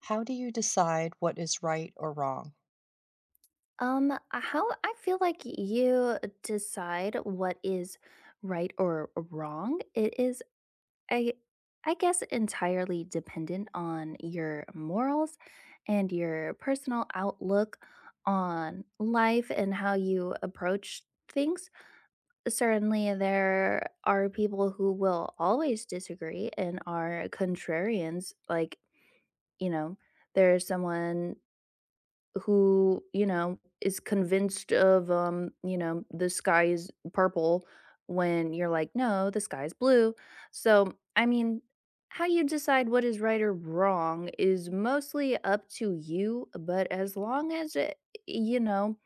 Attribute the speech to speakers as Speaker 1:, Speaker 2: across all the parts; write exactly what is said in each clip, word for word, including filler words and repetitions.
Speaker 1: How do you decide what is right or wrong?
Speaker 2: Um, uh, how I feel like you decide what is right or wrong. It is I I guess entirely dependent on your morals and your personal outlook on life and how you approach things. Certainly there are people who will always disagree and are contrarians like, you know, there's someone who, you know, is convinced of, um, you know, the sky is purple when you're like, no, the sky is blue. So, I mean, how you decide what is right or wrong is mostly up to you, but as long as it, you know,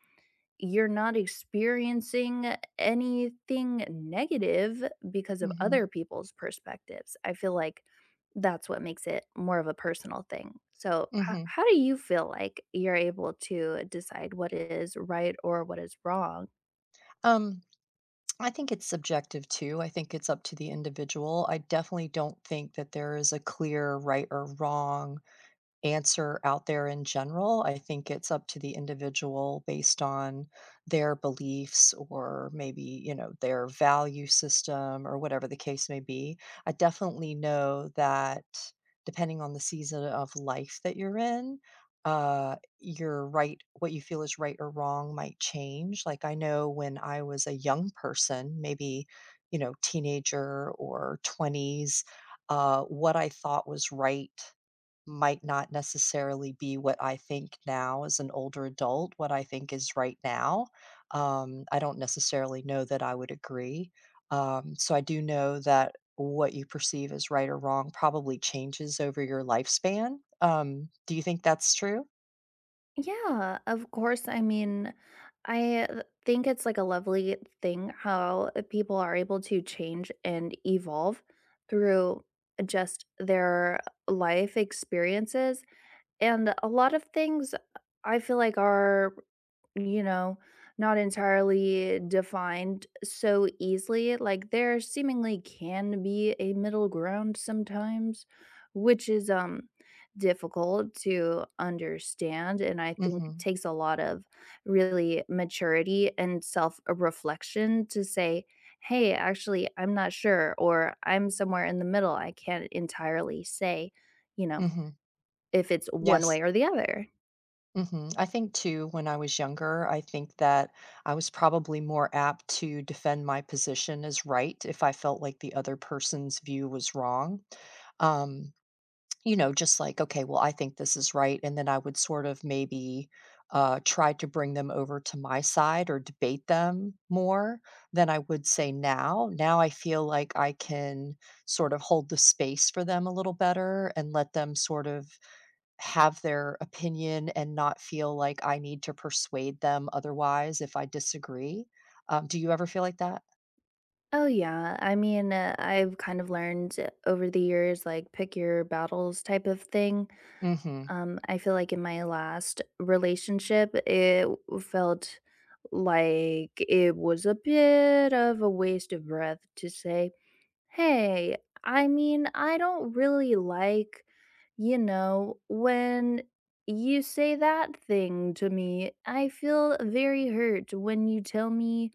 Speaker 2: you're not experiencing anything negative because of
Speaker 1: Mhm,
Speaker 2: other people's perspectives. I feel like that's what makes it more of a personal thing. So, h-
Speaker 1: mhm.
Speaker 2: how do you feel like you're able to decide what is right or what is wrong?
Speaker 1: Um, I think it's subjective too. I think it's up to the individual. I definitely don't think that there is a clear right or wrong answer out there in general. I think it's up to the individual based on their beliefs or maybe, you know, their value system or whatever the case may be. I definitely know that depending on the season of life that you're in, uh, your right, what you feel is right or wrong might change. Like I know when I was a young person, maybe, you know, teenager or twenties, uh, what I thought was right might not necessarily be what I think now as an older adult, what I think is right now. Um, I don't necessarily know that I would agree. Um, so I do know that what you perceive as right or wrong probably changes over your lifespan. Um, do you think that's true?
Speaker 2: Yeah, of course. I mean, I th- think it's like a lovely thing how people are able to change and evolve through just their life experiences. And a lot of things I feel like are, you know, not entirely defined so easily. Like there seemingly can be a middle ground sometimes, which is um difficult to understand and I think
Speaker 1: Hmm.
Speaker 2: takes a lot of really maturity and self-reflection to say, "Hey, actually, I'm not sure," or "I'm somewhere in the middle. I can't entirely say." You know,
Speaker 1: Hmm.
Speaker 2: if it's one
Speaker 1: Yes.
Speaker 2: way or the other.
Speaker 1: hmm I think too, when I was younger, I think that I was probably more apt to defend my position as right if I felt like the other person's view was wrong. Um, you know, just like, okay, well, I think this is right. And then I would sort of maybe uh, try to bring them over to my side or debate them more than I would say now. Now I feel like I can sort of hold the space for them a little better and let them sort of have their opinion and not feel like I need to persuade them otherwise if I disagree. Um, do you ever feel like that?
Speaker 2: Oh, yeah. I mean, uh, I've kind of learned uh, over the years, like, pick your battles type of thing.
Speaker 1: Mhm,
Speaker 2: Um, I feel like in my last relationship, it w- felt like it was a bit of a waste of breath to say, hey, I mean, I don't really like, you know, when you say that thing to me. I feel very hurt when you tell me,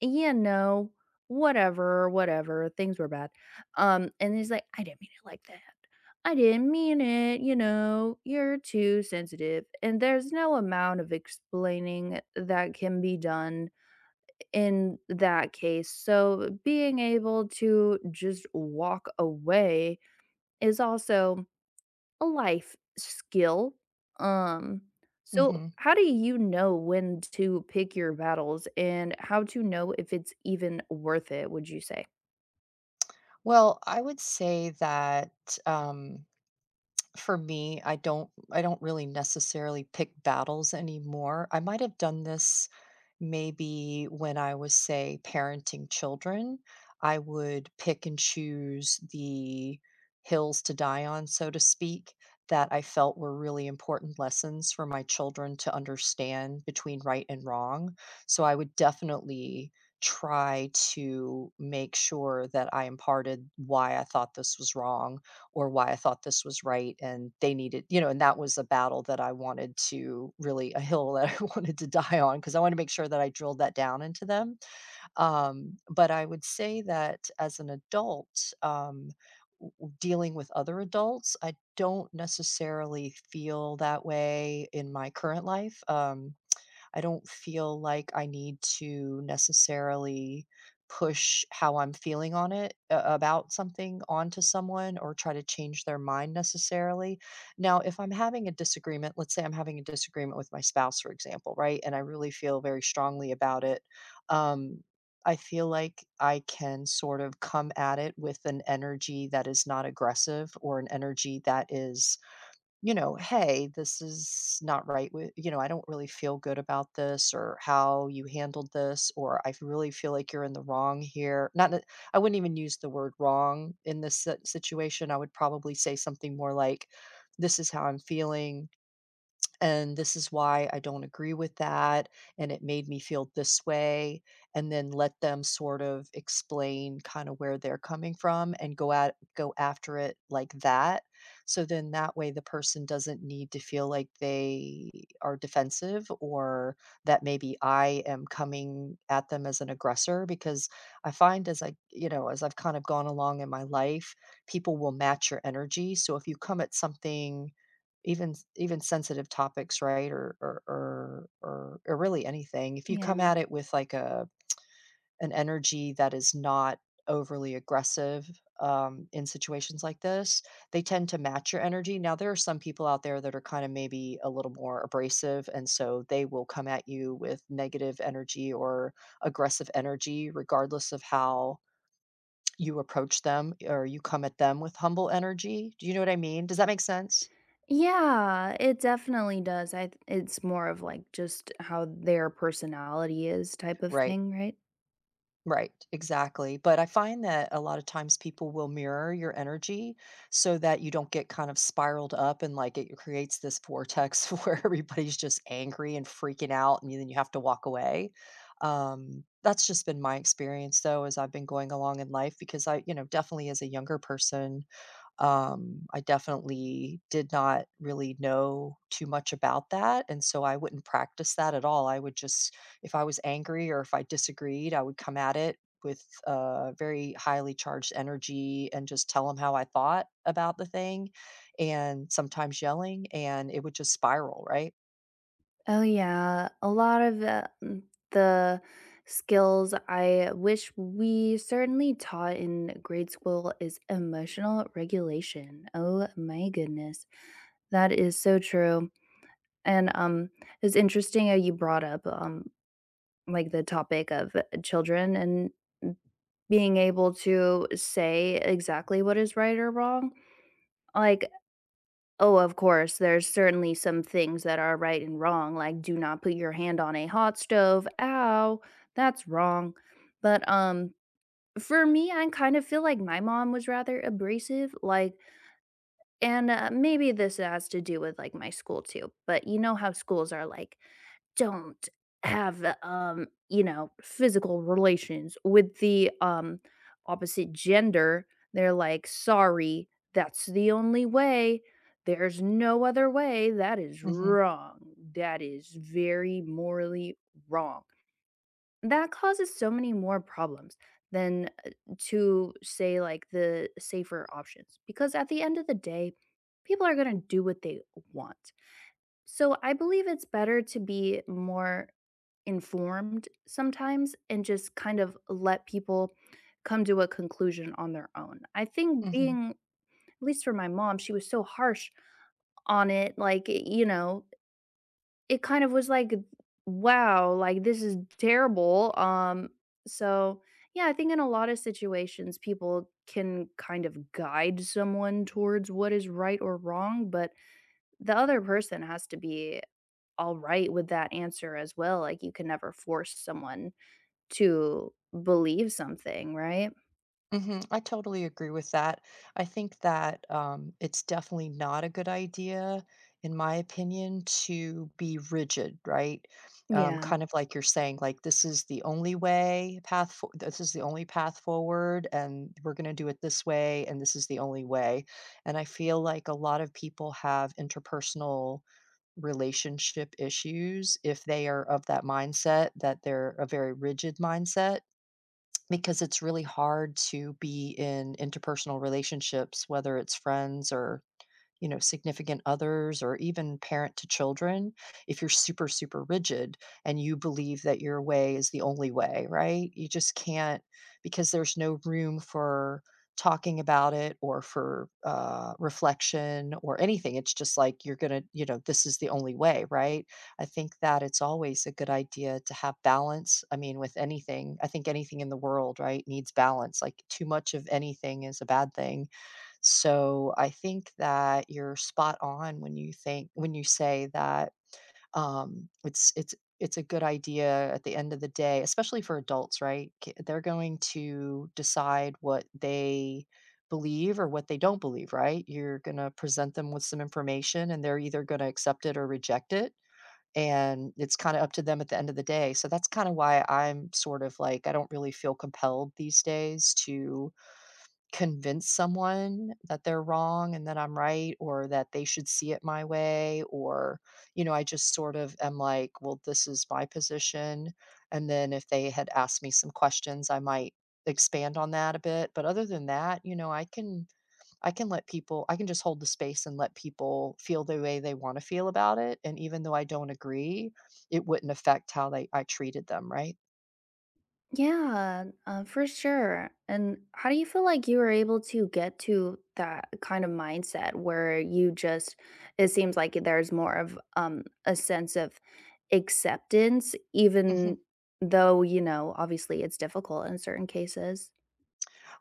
Speaker 2: "Yeah, no, whatever, whatever, things were bad." Um, and he's like, "I didn't mean it like that. I didn't mean it, you know, you're too sensitive." And there's no amount of explaining that can be done in that case. So being able to just walk away is also a life skill. Um, so
Speaker 1: mhm.
Speaker 2: how do you know when to pick your battles and how to know if it's even worth it, would you say?
Speaker 1: Well, I would say that, um for me, I don't I don't really necessarily pick battles anymore. I might have done this maybe when I was say parenting children. I would pick and choose the hills to die on, so to speak, that I felt were really important lessons for my children to understand between right and wrong. So I would definitely try to make sure that I imparted why I thought this was wrong or why I thought this was right and they needed you know, and that was a battle that I wanted to really a hill that I wanted to die on because I wanted to make sure that I drilled that down into them. Um, but I would say that as an adult, um, w w dealing with other adults, I don't necessarily feel that way in my current life. um I don't feel like I need to necessarily push how I'm feeling on it uh, about something onto someone or try to change their mind necessarily. Now, if I'm having a disagreement, let's say I'm having a disagreement with my spouse, for example, right? And I really feel very strongly about it. Um, I feel like I can sort of come at it with an energy that is not aggressive or an energy that is you know, hey, this is not right with, you know, I don't really feel good about this or how you handled this, or I really feel like you're in the wrong here. Not, that- I wouldn't even use the word wrong in this si- situation. I would probably say something more like, this is how I'm feeling and this is why I don't agree with that, and it made me feel this way, and then let them sort of explain kind of where they're coming from and go at go after it like that. So then that way the person doesn't need to feel like they are defensive or that maybe I am coming at them as an aggressor because I find as I, you know, as I've kind of gone along in my life, people will match your energy. So if you come at something even s even sensitive topics, right, or or or or or really anything. If you come
Speaker 2: Yeah.
Speaker 1: at it with, like, a an energy that is not overly aggressive, um, in situations like this, they tend to match your energy. Now, there are some people out there that are kinda maybe a little more abrasive, and so they will come at you with negative energy or aggressive energy regardless of how you approach them or you come at them with humble energy. Do you know what I mean? Does that make sense?
Speaker 2: Yeah, it definitely does. I th- it's more of like just how their personality is type of
Speaker 1: Right.
Speaker 2: thing, right?
Speaker 1: Right, exactly. But I find that a lot of times people will mirror your energy so that you don't get kind of spiraled up and like it creates this vortex where everybody's just angry and freaking out and then you have to walk away. Um, that's just been my experience though as I've been going along in life because I, you know, definitely as a younger person. um, I definitely did not really know too much about that, and so I wouldn't practice that at all. I would just if I was angry or if I disagreed, I would come at it with, uh, very highly charged energy and just tell them how I thought about the thing, and sometimes yelling, and it would just spiral, right?
Speaker 2: Oh, yeah. A lot of the, mm, the skills I wish we certainly taught in grade school is emotional regulation. Oh my goodness. That is so true. And um it's interesting how you brought up um like the topic of children and being able to say exactly what is right or wrong. Like, oh, of course, there's certainly some things that are right and wrong, like do not put your hand on a hot stove. Ow, that's wrong. But um for me, I kind of feel like my mom was rather abrasive. Like, and, uh, maybe this has to do with, like, my school too, but you know how schools are like, "Don't have, um, you know, physical relations with the, um, opposite gender." They're like, "Sorry, that's the only way. There's no other way. That is
Speaker 1: Mhm,
Speaker 2: wrong. That is very morally wrong." That causes so many more problems than uh, to say like the safer options because at the end of the day, people are going to do what they want. So I believe it's better to be more informed sometimes and just kind of let people come to a conclusion on their own. I think
Speaker 1: mhm.
Speaker 2: being, at least for my mom, she was so harsh on it. Like, you know, it kind of was like, "Wow, like, this is terrible." Um, so, yeah, I think in a lot of situations, people can kind of guide someone towards what is right or wrong, but the other person has to be alright with that answer as well, like, you can never force someone to believe something, right?
Speaker 1: hmm I totally agree with that. I think that um, it's definitely not a good idea, in my opinion, to be rigid, right? Um,
Speaker 2: Yeah.
Speaker 1: kind of like you're saying, like this is the only way path. Fo- this is the only path forward, and we're going to do it this way, and this is the only way. And I feel like a lot of people have interpersonal relationship issues if they are of that mindset that they're a very rigid mindset because it's really hard to be in interpersonal relationships, whether it's friends or you know, significant others or even parent to children, if you're super, super rigid and you believe that your way is the only way, right? You just can't because there's no room for talking about it or for uh, reflection or anything. It's just like you're going to, you know, this is the only way, right? I think that it's always a good idea to have balance. I mean, with anything, I think anything in the world, right, needs balance. Like too much of anything is a bad thing so I think that you're spot on when you think when you say that um, it's it's it's a good idea at the end of the day, especially for adults, right? K- They're going to decide what they believe or what they don't believe, right? You're going to present them with some information and they're either going to accept it or reject it. And it's kind of up to them at the end of the day. So that's kind of why I'm sort of like, I don't really feel compelled these days to convince someone that they're wrong and that I'm right or that they should see it my way or you know I just sort of am like well this is my position and then if they had asked me some questions I might expand on that a bit but other than that you know I can I can let people I can just hold the space and let people feel the way they want to feel about it and even though I don't agree it wouldn't affect how they I treated them right.
Speaker 2: Yeah, uh, for sure. And how do you feel like you were able to get to that kind of mindset where you just, it seems like there's more of um, a sense of acceptance, even
Speaker 1: Mhm.
Speaker 2: though, you know, obviously it's difficult in certain cases?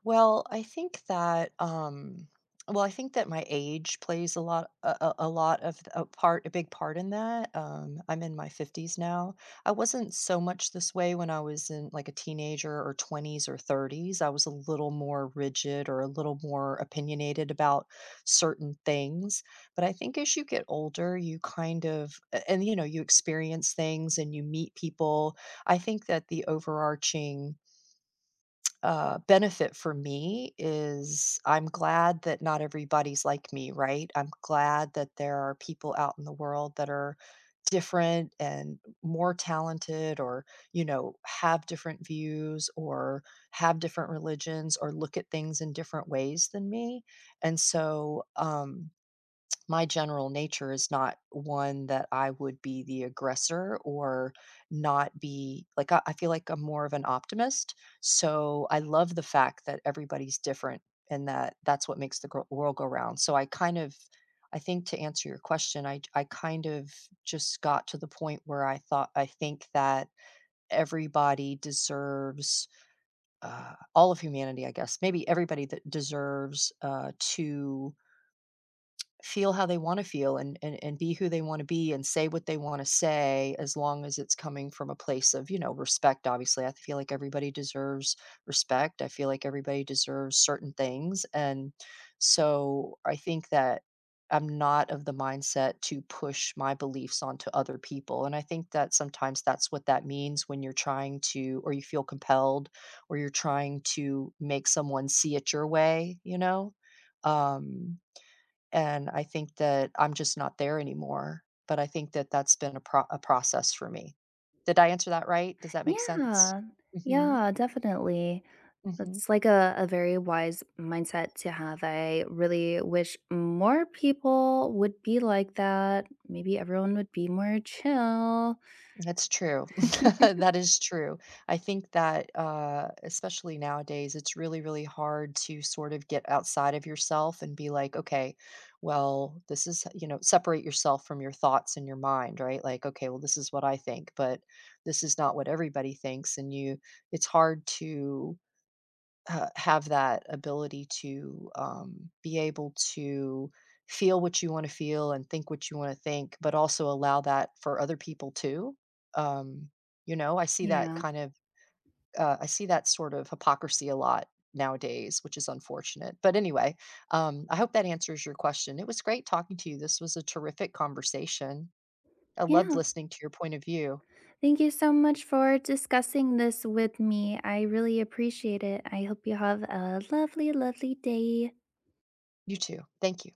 Speaker 1: Well, I think that um well, I think that my age plays a lot a, a a lot of a part a big part in that. Um I'm in my fifties now. I wasn't so much this way when I was in like a teenager or twenties or thirties. I was a little more rigid or a little more opinionated about certain things. But I think as you get older, you kind of a- and you know, you experience things and you meet people. I think that the overarching uh, benefit for me is I'm glad that not everybody's like me, right? I'm glad that there are people out in the world that are different and more talented or you know have different views or have different religions or look at things in different ways than me and so um my general nature is not one that I would be the aggressor or not be like I, I feel like I'm more of an optimist. So I love the fact that everybody's different and that that's what makes the gro- world go round. So I kind of I think to answer your question, I I kind of just got to the point where I thought I think that everybody deserves uh, all of humanity, I guess, maybe everybody that deserves uh, to feel how they wanna feel and and and be who they wanna be and say what they wanna say as long as it's coming from a place of, you know, respect, obviously. I feel like everybody deserves respect. I feel like everybody deserves certain things, and so I think that I'm not of the mindset to push my beliefs onto other people, and I think that sometimes that's what that means when you're trying to or you feel compelled or you're trying to make someone see it your way, you know? Um and I think that I'm just not there anymore, but I think that that's been a pro a process for me. Did I answer that right? Does that make sense?
Speaker 2: Yeah,
Speaker 1: Mhm,
Speaker 2: yeah, definitely.
Speaker 1: mhm.
Speaker 2: That's like a, a very wise mindset to have. I really wish more people would be like that. Maybe everyone would be more chill.
Speaker 1: That's true. That is true. I think that, uh, especially nowadays, it's really, really hard to sort of get outside of yourself and be like, "Okay, well, this is" you know, separate yourself from your thoughts and your mind, right? Like, "Okay, well, this is what I think, but this is not what everybody thinks," and you it's hard to ha- have that ability to um, be able to feel what you want to feel and think what you want to think, but also allow that for other people too. Um, you know, I see that
Speaker 2: Yeah.
Speaker 1: kind of, uh, I see that sort of hypocrisy a lot nowadays, which is unfortunate. But anyway, um, I hope that answers your question. It was great talking to you. This was a terrific conversation. I loved
Speaker 2: Yeah.
Speaker 1: listening to your point of view.
Speaker 2: Thank you so much for discussing this with me. I really appreciate it. I hope you have a lovely, lovely day.
Speaker 1: You too. Thank you.